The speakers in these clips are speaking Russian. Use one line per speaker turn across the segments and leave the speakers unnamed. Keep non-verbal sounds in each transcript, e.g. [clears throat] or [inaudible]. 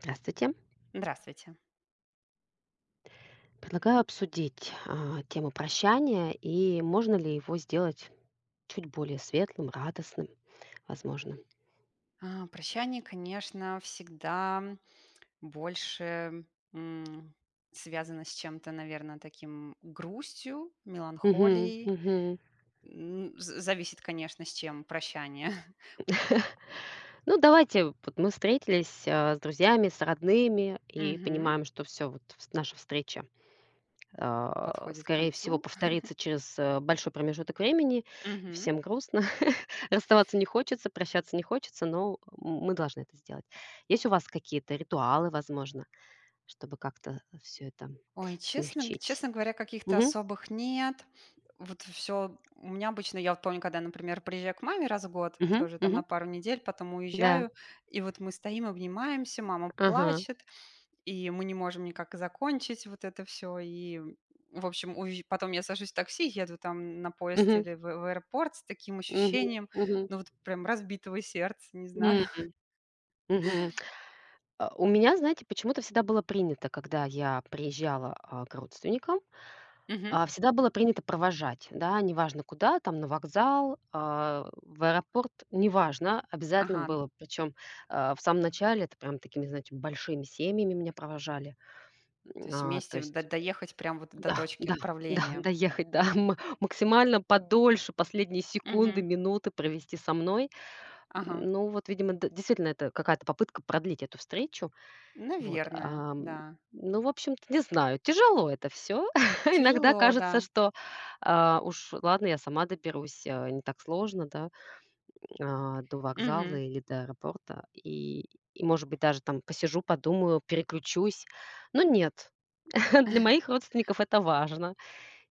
Здравствуйте.
Здравствуйте.
Предлагаю обсудить, тему прощания и можно ли его сделать чуть более светлым, радостным, возможно.
А, прощание, конечно, всегда больше м, связано с чем-то, наверное, таким грустью,
Мгм,
меланхолией.
мгм.
Зависит, конечно, с чем прощание [laughs]
[laughs] Ну, давайте, вот мы встретились, с друзьями, с родными и
Мгм.
понимаем, что все вот вс наша встреча, а,
Подходит к
скорее всего,
концу.
повторится через, большой промежуток времени, и
Мгм.
всем грустно, [laughs] расставаться не хочется, прощаться не хочется, но, мы должны это сделать. Есть у вас какие-то ритуалы, возможно? Чтобы как-то все это
Ой, честно, г-
смягчить.
честно говоря, каких-то
Мгм,
особых нет. Вот все, у меня обычно, я вот помню, когда, например, приезжаю к маме раз в год,
мгм,
тоже там на
мгм.
пару недель, потом
Да.
уезжаю, и вот мы стоим, обнимаемся, мама
Ага.
плачет. И мы не можем никак закончить вот это все, и, в общем, уви потом я сажусь в такси, еду там на поезд
Мгм,
или в аэропорт с таким
мгм,
ощущением,
мгм,
ну, вот прям разбитого сердца, не
м,
знаю.
мгм. У меня, знаете, почему-то всегда было принято, когда я приезжала, к родственникам,
[laughs] Мгм.
всегда было принято провожать, да, неважно куда, там на вокзал, в аэропорт, неважно, обязательно
Ага.
было. Причем в самом начале это прям такими, знаете, большими семьями меня провожали.
То есть
А, то
вместе до
есть
доехать прям вот до
Да,
точки
да, да,
отправления.
доехать, да, [laughs] максимально подольше, последние секунды,
Мгм.
минуты провести со мной.
Ага.
Ну, вот, видимо, д действительно, это какая-то попытка продлить эту встречу. Вот,
Наверное,
ам,
да.
ну, в общем-то, не знаю, тяжело это все. [laughs] Иногда
Тяжело, да.
кажется, что, уж ладно, я сама доберусь, не так сложно, да, до вокзала
Мгм.
или до аэропорта. И может быть, даже там посижу, подумаю, переключусь. Но нет, [laughs] для
[laughs]
моих родственников это важно.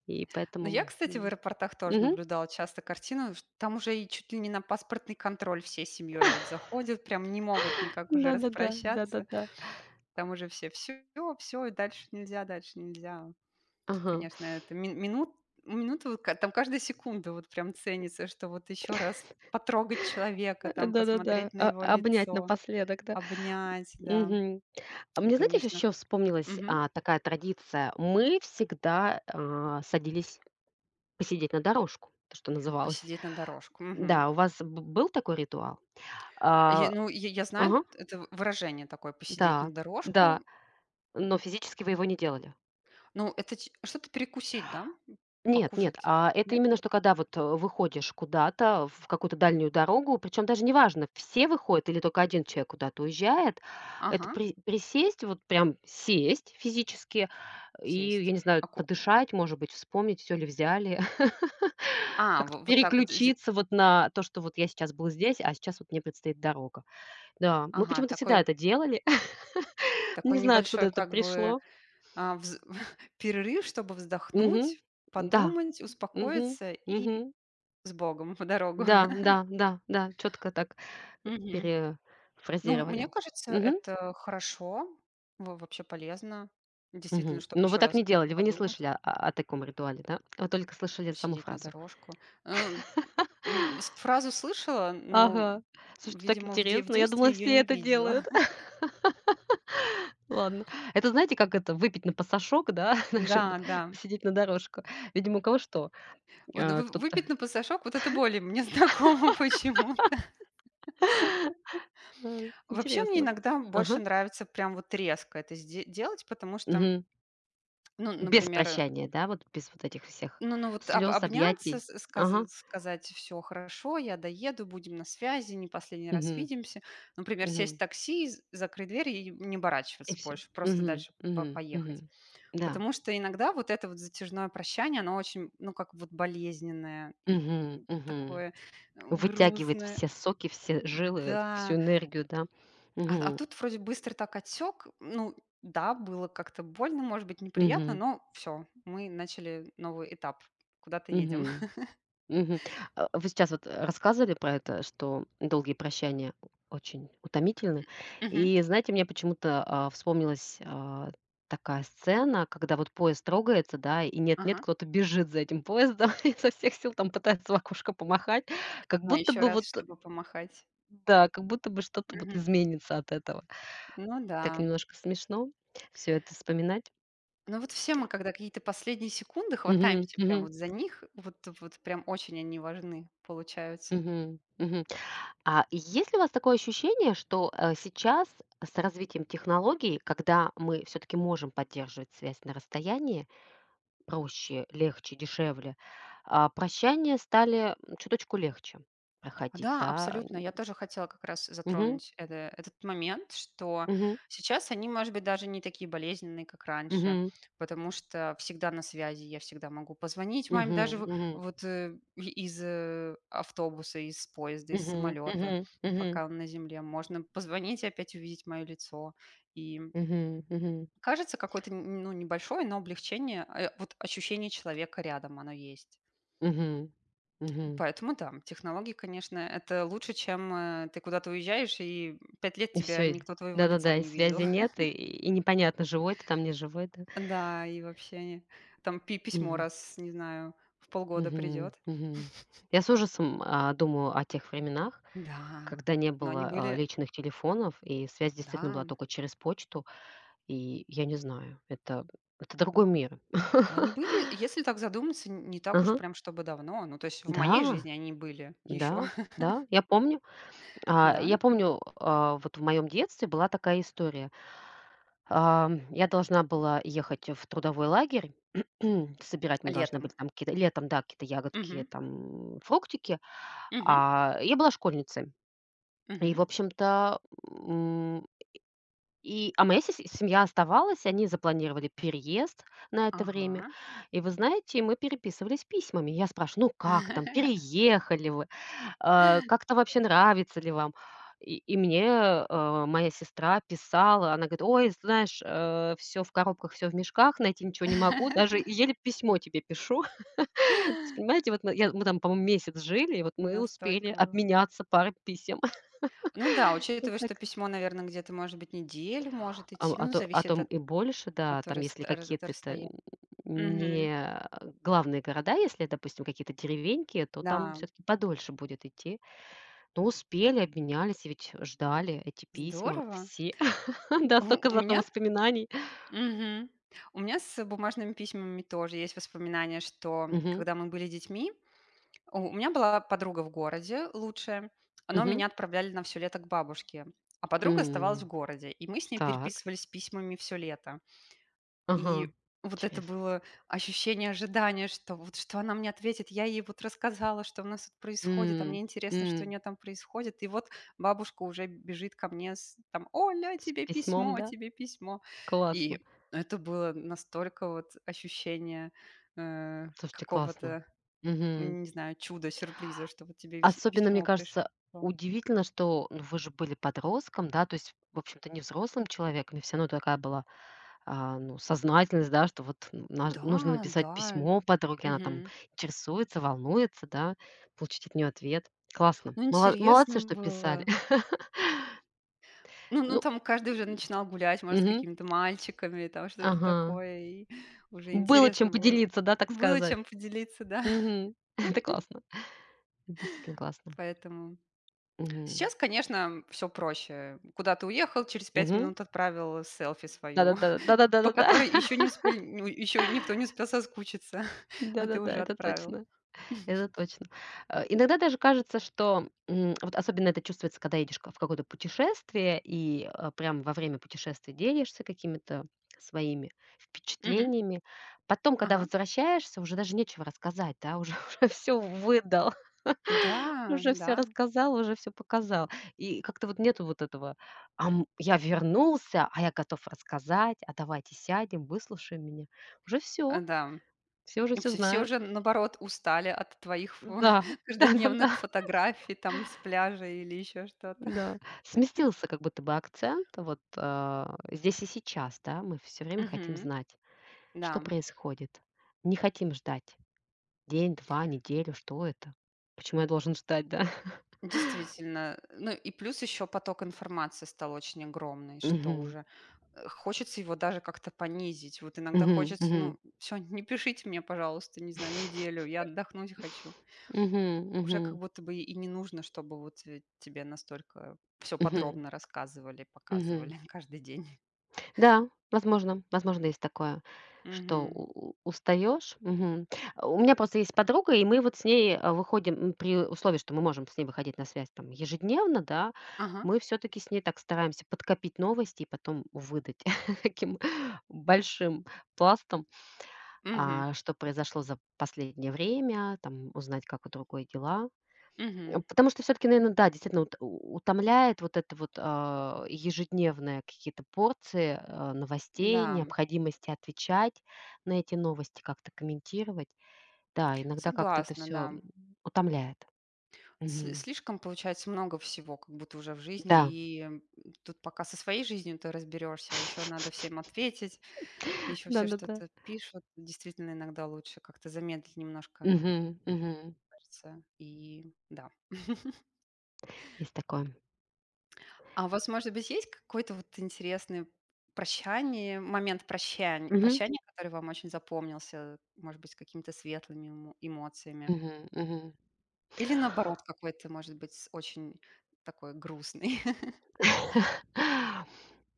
И
Ну, я,
поэтому,
кстати, в
м,
аэропортах тоже
мгм.
наблюдала часто картину, там уже и чуть ли не на паспортный контроль всей семьей вот заходят, прям не могут никак уже [laughs]
Да-да-да,
распрощаться,
да-да-да.
там уже все, все, все, и дальше нельзя, дальше нельзя.
Ага.
Конечно, это минуты, вот там каждая секунда вот прям ценится, что вот еще раз потрогать человека,
Э,
там
да-да-да.
посмотреть на
А
его
обнять
лицо,
напоследок, да.
обнять, да,
Мгм. А мне, знаете,
конечно.
еще вспомнилась,
Мгм.
такая традиция. Мы всегда, садились посидеть на дорожку, то, что называлось.
Посидеть на дорожку. Мгм.
Да, у вас б был такой ритуал?
Я,
А,
ну, я знаю
ага,
это выражение такое, посидеть на
так,
дорожку.
да, но физически вы его не делали?
Ну, это ч что-то перекусить, да?
Нет нет,
Покушать?
а это
Нет?
именно что когда вот, выходишь куда-то, в какую-то дальнюю дорогу, причем даже неважно, все выходят или только один человек куда-то уезжает, это
Ага,
присесть, вот прям сесть физически и,
сесть.
я не знаю,
А
подышать, может быть, вспомнить, все ли взяли, [laughs]
а,
как-то
во вот так вот зе
переключиться вот на то, что вот я сейчас был здесь, а сейчас вот мне предстоит дорога. Да, мы
ага,
почему-то всегда
такой
это делали. [laughs] Не
такой
знаю, откуда
небольшой
это
как бы,
пришло.
а, вз [laughs] перерыв, чтобы
Мгм.
вздохнуть,
Да.
подумать,
Мгм.
успокоиться и
Мгм.
с Богом в дорогу.
Да,
[laughs]
да, да, да, четко так
Мгм. Ну,
перефразировали.
мне кажется,
Мгм,
это хорошо, во вообще полезно. Действительно,
мгм.
чтобы
Но вы
еще
так не
раз
делали, вы не
подумать.
слышали о таком ритуале, да? Вы только слышали саму
Посидеть на
фразу.
дорожку. Э,
[laughs]
м, с Фразу слышала, но,
Ага. Слушайте, так
видимо, в
интересно. Я
действии
думала,
ее
все
не
это
видела.
делают.
[laughs]
[laughs] Ладно. Это знаете, как это выпить на посошок, да, [laughs] знаешь,
Да,
вот
да.
сидеть на дорожку. Видимо, у кого что.
Вот
А,
вы
кто-то
выпить на потрошок, вот это более мне [laughs] знакомо почему-то.
[laughs] Э,
Вообще мне
интересно.
иногда больше
Ага.
нравится прям вот резко это сде делать, потому что,
Мгм.
ну,
Без
например,
прощания, да, вот без вот этих всех
ну вот об
слез,
обняться,
объятий.
с сказ
Ага.
сказать: все хорошо, я доеду, будем на связи, не последний раз
Мгм,
видимся". Например, сесть в
мгм.
такси, з закрыть дверь и не
И
оборачиваться
все
больше, просто
Мгм,
дальше по
мгм,
поехать.
мгм. Да.
Потому что иногда вот это вот затяжное прощание, оно очень, ну, как вот болезненное и
Мгм, мгм.
такое,
Вытягивает
грустное.
все соки, все жилы, всю
Да.
энергию, да?
А
Мгм,
тут вроде быстро так отсек. Ну да, было как-то больно, может быть, неприятно,
мгм,
но все, мы начали новый этап. Куда-то едем.
мгм, мгм. Вы сейчас вот рассказывали про это, что долгие прощания очень утомительны.
[laughs] Мгм.
И знаете, мне почему-то, вспомнилась, такая сцена, когда вот поезд трогается, да, и нет-нет,
Ага.
кто-то бежит за этим поездом, [laughs] изо всех сил там пытается в окошко помахать. Как
А,
будто
еще
бы
раз,
вот
чтобы помахать.
Да, как будто бы что-то вот
Мгм.
изменится от этого.
Ну да.
Так немножко смешно все это вспоминать.
Ну вот все мы, когда какие-то последние секунды,
Мгм,
хватаемся прям
мгм,
вот за них, вот вот прям очень они важны, получаются.
мгм, мгм. А есть ли у вас такое ощущение, что, сейчас с развитием технологий, когда мы все таки можем поддерживать связь на расстоянии проще, легче, дешевле, прощания стали, чуточку легче проходить,
Да,
да?
абсолютно. Я тоже хотела как раз
Мгм,
затронуть этот момент, что
мгм,
сейчас они, может быть, даже не такие болезненные, как раньше,
мгм,
потому что всегда на связи, я всегда могу позвонить маме
мгм,
даже
мгм,
вот из автобуса, из поезда, из
мгм,
самолета,
мгм, мгм,
пока он на земле. Можно позвонить и опять увидеть мое лицо. И
мгм, мгм.
кажется, какое-то ну, небольшое, но облегчение, вот ощущение человека рядом, оно есть.
Мгм. Мгм.
Поэтому да, технологии, конечно, это лучше, чем ты куда-то уезжаешь, и 5 лет
И
тебя
все
никто твоего лица
да-да-да, и
не видел.
связи
[laughs]
нет, и непонятно, живой ты там, не живой, да?
Да, и вообще там письмо
Мгм.
раз, не знаю, в полгода
Мгм.
придет.
Мгм. Я с ужасом, думаю о тех временах,
Да,
когда не
но они
было,
были,
личных телефонов, и связь действительно
да,
была только через почту. И я не знаю, это другой мир.
но они были,
[laughs]
если так задуматься, не так уж
Ага.
прям чтобы давно. Ну, то есть в моей
Да,
жизни они были еще,
да, да, я помню.
[laughs] да,
Я помню, вот в моем детстве была такая история. Ам, я должна была ехать в трудовой лагерь. [clears throat] Собирать мы должны
летом.
были там какие-то летом, да, какие-то ягодки,
Мгм.
там фруктики.
Мгм.
Я была школьницей. И,
Мгм.
в общем-то, моя се семья оставалась, они запланировали переезд на это время.
Ага.
И вы знаете, мы переписывались письмами. Я спрашиваю: «Ну как там, переехали вы? Э, как то вообще, нравится ли вам?» И мне, моя сестра писала, она говорит: «Ой, знаешь, все в коробках, все в мешках, найти ничего не могу, даже и
[laughs]
еле письмо тебе пишу». [laughs] То есть, понимаете, мы там, по-моему, месяц жили, и вот мы успели
Настолько было.
обменяться парой писем. [laughs]
Ну да, учитывая,
Так
что письмо, наверное, где-то, может быть, неделю может
Ам,
идти,
а
ну,
то а
зависит
там
от,
и больше, да. Там, если
от
какие-то это,
расстояния.
м,
Мгм.
не главные города, если, допустим, какие-то деревеньки, то там
Да,
все таки подольше будет идти. Но успели, обменялись, ведь ждали эти письма
здорово.
все. [laughs] Да,
У,
столько
у
зато
меня,
воспоминаний.
мгм, у меня с бумажными письмами тоже есть воспоминания, что
Мгм,
когда мы были детьми, у меня была подруга в городе лучшая, но
мгм.
меня отправляли на все лето к бабушке, а подруга оставалась в
М,
городе, и мы с ней
так.
переписывались письмами все лето. И
Ага.
вот это
Интересно.
было ощущение ожидания, что вот что она мне ответит. Я ей вот рассказала, что у нас тут происходит, а мне
М,
интересно, что у
м.
нее там происходит. И вот бабушка уже бежит ко мне с там «Оля,
С
тебе
письмом,
письмо,
да?
тебе письмо». И
Классно.
это было настолько вот ощущение э,
Слушайте, классно.
какого-то,
Мгм.
не знаю, чуда, сюрприза, что вот тебе
Особенно, мне
письмо пришло.
кажется, удивительно, что, ну, вы же были подростком, да, то есть, в общем-то, не взрослым человеком, и всё равно такая была, ну, сознательность, да, что вот н наж
Да,
нужно написать
да.
письмо подруге, она там
Мгм.
интересуется, волнуется, да, получить от нее ответ. Классно.
Ну,
Мала
интересно
молодцы, что писали.
было.
[laughs]
Ну ну,
Ну
там каждый уже начинал гулять, может, с
Мгм.
какими-то мальчиками, там что-то
Ага.
такое, и уже
Было чем
интересно было.
поделиться, да, так
Было
сказать.
чем поделиться, да, [laughs]
Мгм. [laughs] Это классно. Действительно классно.
поэтому.
Мгм.
Сейчас, конечно, все проще. Куда ты уехал, через пять
Мгм.
минут отправил селфи свою,
Да-да-да.
[laughs] по
Да-да-да-да-да.
которой
[laughs]
еще не успели, ну, еще никто не успел соскучиться, [laughs] а ты
Да-да-да,
уже
это
отправил.
точно. Это
[laughs]
точно. Э, иногда даже кажется, что, вот особенно это чувствуется, когда едешь ка в какое-то путешествие и, прям во время путешествия делишься какими-то своими
Мгм.
впечатлениями. Потом, когда
Ага.
возвращаешься, уже даже нечего рассказать, да, уже [laughs] уже всё выдал, [laughs]
Да,
уже все
да,
рассказал, уже все показал. И как-то вот нету вот этого: «Ам, я вернулся, а я готов рассказать, а давайте сядем, выслушай меня». Уже все,
да.
все уже все
Вс все
знают.
уже, наоборот, устали от твоих фо
Да, [laughs]
[laughs] каждодневных
да-да-да.
фотографий там с пляжа или еще что-то.
Да, сместился как будто бы акцент. Вот, здесь и сейчас, да, мы все время хотим
Мгм.
знать,
Да,
что происходит. Не хотим ждать день, 2, неделю, что это? Почему я должен ждать, да? [laughs]
действительно. Ну и плюс еще поток информации стал очень огромный, что
Мгм,
уже, хочется его даже как-то понизить. Вот иногда
мгм,
хочется,
мгм.
ну, все [laughs] не пишите мне, пожалуйста, не знаю, неделю,
[laughs]
я отдохнуть хочу.
Мгм,
Уже
мгм,
как будто бы и не нужно, чтобы вот, тебе настолько все
мгм,
подробно рассказывали,
мгм.
показывали [laughs] каждый день.
Да, возможно, возможно, есть такое, что
Мгм.
у устаёшь. Мгм. А у меня просто есть подруга, и мы вот с ней, выходим, м, при условии, что мы можем с ней выходить на связь там ежедневно, да,
Ага.
мы все таки с ней так стараемся подкопить новости и потом выдать [laughs] таким большим пластом,
Мгм.
что произошло за последнее время, там, узнать, как у другой дела. Э,
Мгм.
потому что все таки наверное, да, действительно ут у утомляет вот это вот, ежедневные какие-то порции,
Да,
новостей, необходимости отвечать на эти новости, как-то комментировать. Да, иногда как-то это
согласна,
все
да.
утомляет. Мгм.
Слишком, получается, много всего как будто уже в жизни,
Да.
и, тут пока со своей жизнью ты разберешься, а еще надо всем
[laughs]
ответить, еще все
Да-да-да.
что-то пишут. Действительно, иногда лучше как-то замедлить немножко,
Мгм, мгм.
кажется, и да.
Есть такое.
А у вас, может быть, есть какой-то вот интересный прощание, момент прощания,
Мгм,
прощания, который вам очень запомнился, может быть, с какими-то светлыми эмоциями?
мгм, мгм.
Или, наоборот, какой-то, может быть, с очень такой грустный?
[laughs]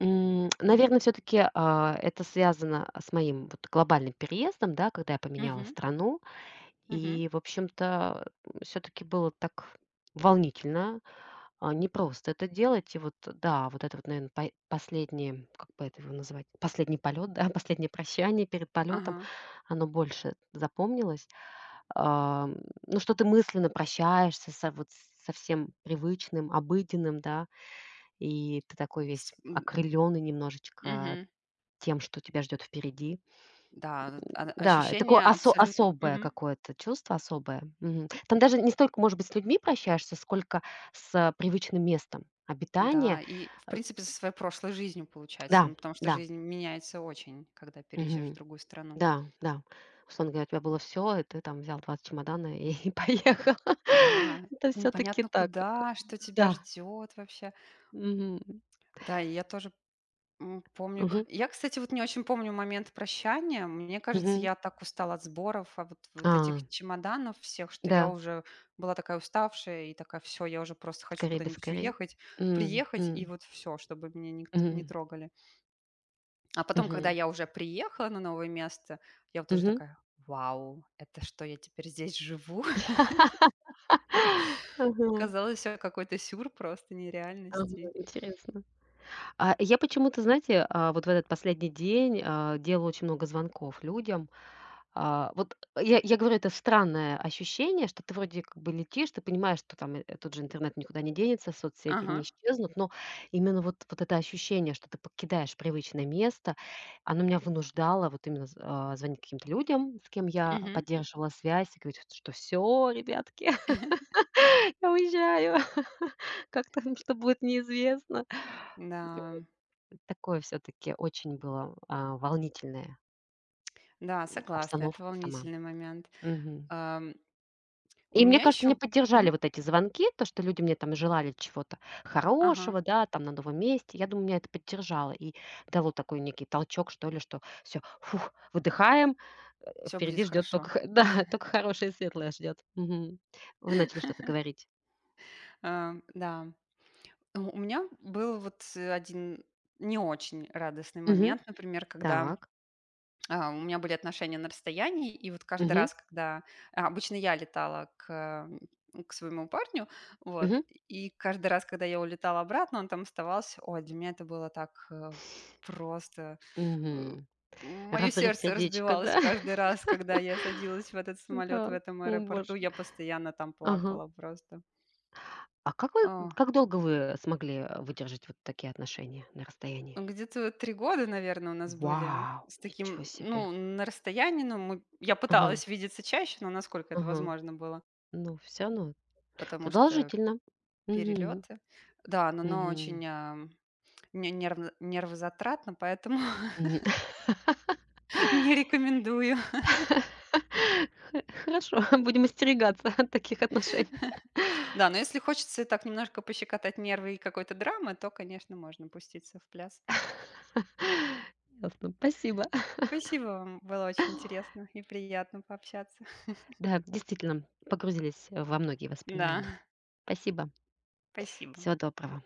М, наверно, таки это связано, с моим вот глобальным переездом, да, когда я
[laughs]
поменяла
Мгм,
страну.
мгм.
И, в общем-то, все-таки было так волнительно, непросто это делать. И вот, да, вот это вот, наверное, последний, как бы это его назвать, последний полет, да, [laughs] последнее прощание перед полетом,
Ага.
оно больше запомнилось. А, м, ну, что ты мысленно прощаешься со, вот, со всем привычным, обыденным, да, и ты такой
С
весь окрыленный немножечко
Мгм.
тем, что тебя ждет впереди.
Да, вот
Да, такое
ощущение абсолютно.
особое
Мгм.
какое-то чувство, особое. Мгм. Там даже не столько, может быть, с людьми прощаешься, сколько с, привычным местом
Да,
обитания.
и, в
Э,
принципе, со своей прошлой жизнью, получается.
да,
Ну, потому что
да,
жизнь меняется очень, когда переезжаешь в
мгм,
другую страну.
да, да. Условно говоря, у тебя было все, и ты там взял 2 чемодана и [laughs] поехал. [laughs]
Да,
Это все таки
непонятно
так.
куда, что тебя
Да.
ждет вообще.
Мгм.
Да, и я тоже, помню.
Мгм.
Я, кстати, вот не очень помню момент прощания. Мне кажется,
Мгм.
я так устала от сборов, а вот вот
А,
этих чемоданов всех, что я
да,
уже была такая уставшая и такая: все я уже просто хочу
скорее бы
куда-нибудь
скорее.
уехать,
М,
приехать, и
м,
вот все чтобы меня никто не
мгм,
трогали". А потом, когда
мгм,
я уже приехала на новое место, я вот уже
мгм.
такая: "Вау, это что, я теперь здесь живу?" [laughs]
[laughs] Ага,
Казалось, всё какой-то сюр просто
ага,
нереальности.
интересно. А, я почему-то, знаете, вот в этот последний день, делаю очень много звонков людям. Я говорю, это странное ощущение, что ты вроде как бы летишь, ты понимаешь, что там, тот же интернет никуда не денется, соцсети не
Ага,
исчезнут, но именно вот это ощущение, что ты покидаешь привычное место, оно меня вынуждало вот именно звонить каким-то людям, с кем я
мгм.
поддерживала связь, и говорить, что все, ребятки,
[laughs]
[laughs] я уезжаю, [laughs] как там, что будет, неизвестно.
Да,
Такое все таки очень было, волнительное,
да,
м,
согласна, это
обстановка сама.
волнительный момент.
Мгм.
Ам, у
И мне
меня
кажется, мне
еще
поддержали вот эти звонки, то, что люди мне там желали чего-то
ага.
хорошего, да, там на новом месте. Я думаю, меня это поддержало и дало такой некий толчок, что ли, что все, фух, выдыхаем,
Все будет
впереди ждет
хорошо.
только, х [laughs] да, только хорошее и светлое ждет. Мгм. Вы начали что-то говорить.
Да, у меня был вот, 1 не очень радостный
Мгм.
момент, например, когда
Так.
А, у меня были отношения на расстоянии, и вот каждый
Мгм.
раз, когда обычно я летала к своему парню, вот,
Мгм.
и каждый раз, когда я улетала обратно, он там оставался. Ой, для меня это было так просто. э,
Мгм.
Мое
Разрыв
сердце
сердечка,
разбивалось
да?
каждый
[laughs]
раз, когда я садилась в этот самолет в
Да.
этом
О
аэропорту.
боже.
Я постоянно там
Ага.
плакала просто.
А как вы как долго вы смогли, выдержать вот такие отношения на расстоянии?
Ну, где-то вот 3 года, наверное, у нас были
Вау!
с
Ничего
таким,
себе.
ну, на расстоянии, но мы я
Ага,
пыталась видеться чаще, но насколько это
ага.
возможно было,
Ну, всё равно
потому что
продолжительно. Мгм,
перелеты. Да, но оно
мгм,
очень, а, не нервно нервозатратно, поэтому
мгм.
[laughs] не
[laughs]
рекомендую.
Хо хорошо, [laughs] будем остерегаться от таких отношений.
Да, но если хочется так немножко пощекотать нервы и какой-то драмы, то, конечно, можно пуститься в пляс.
[laughs] Ясно, спасибо.
Спасибо вам, было очень интересно и приятно пообщаться. [laughs]
Да, действительно, погрузились во многие
Да,
воспоминания. Спасибо,
спасибо.
всего доброго.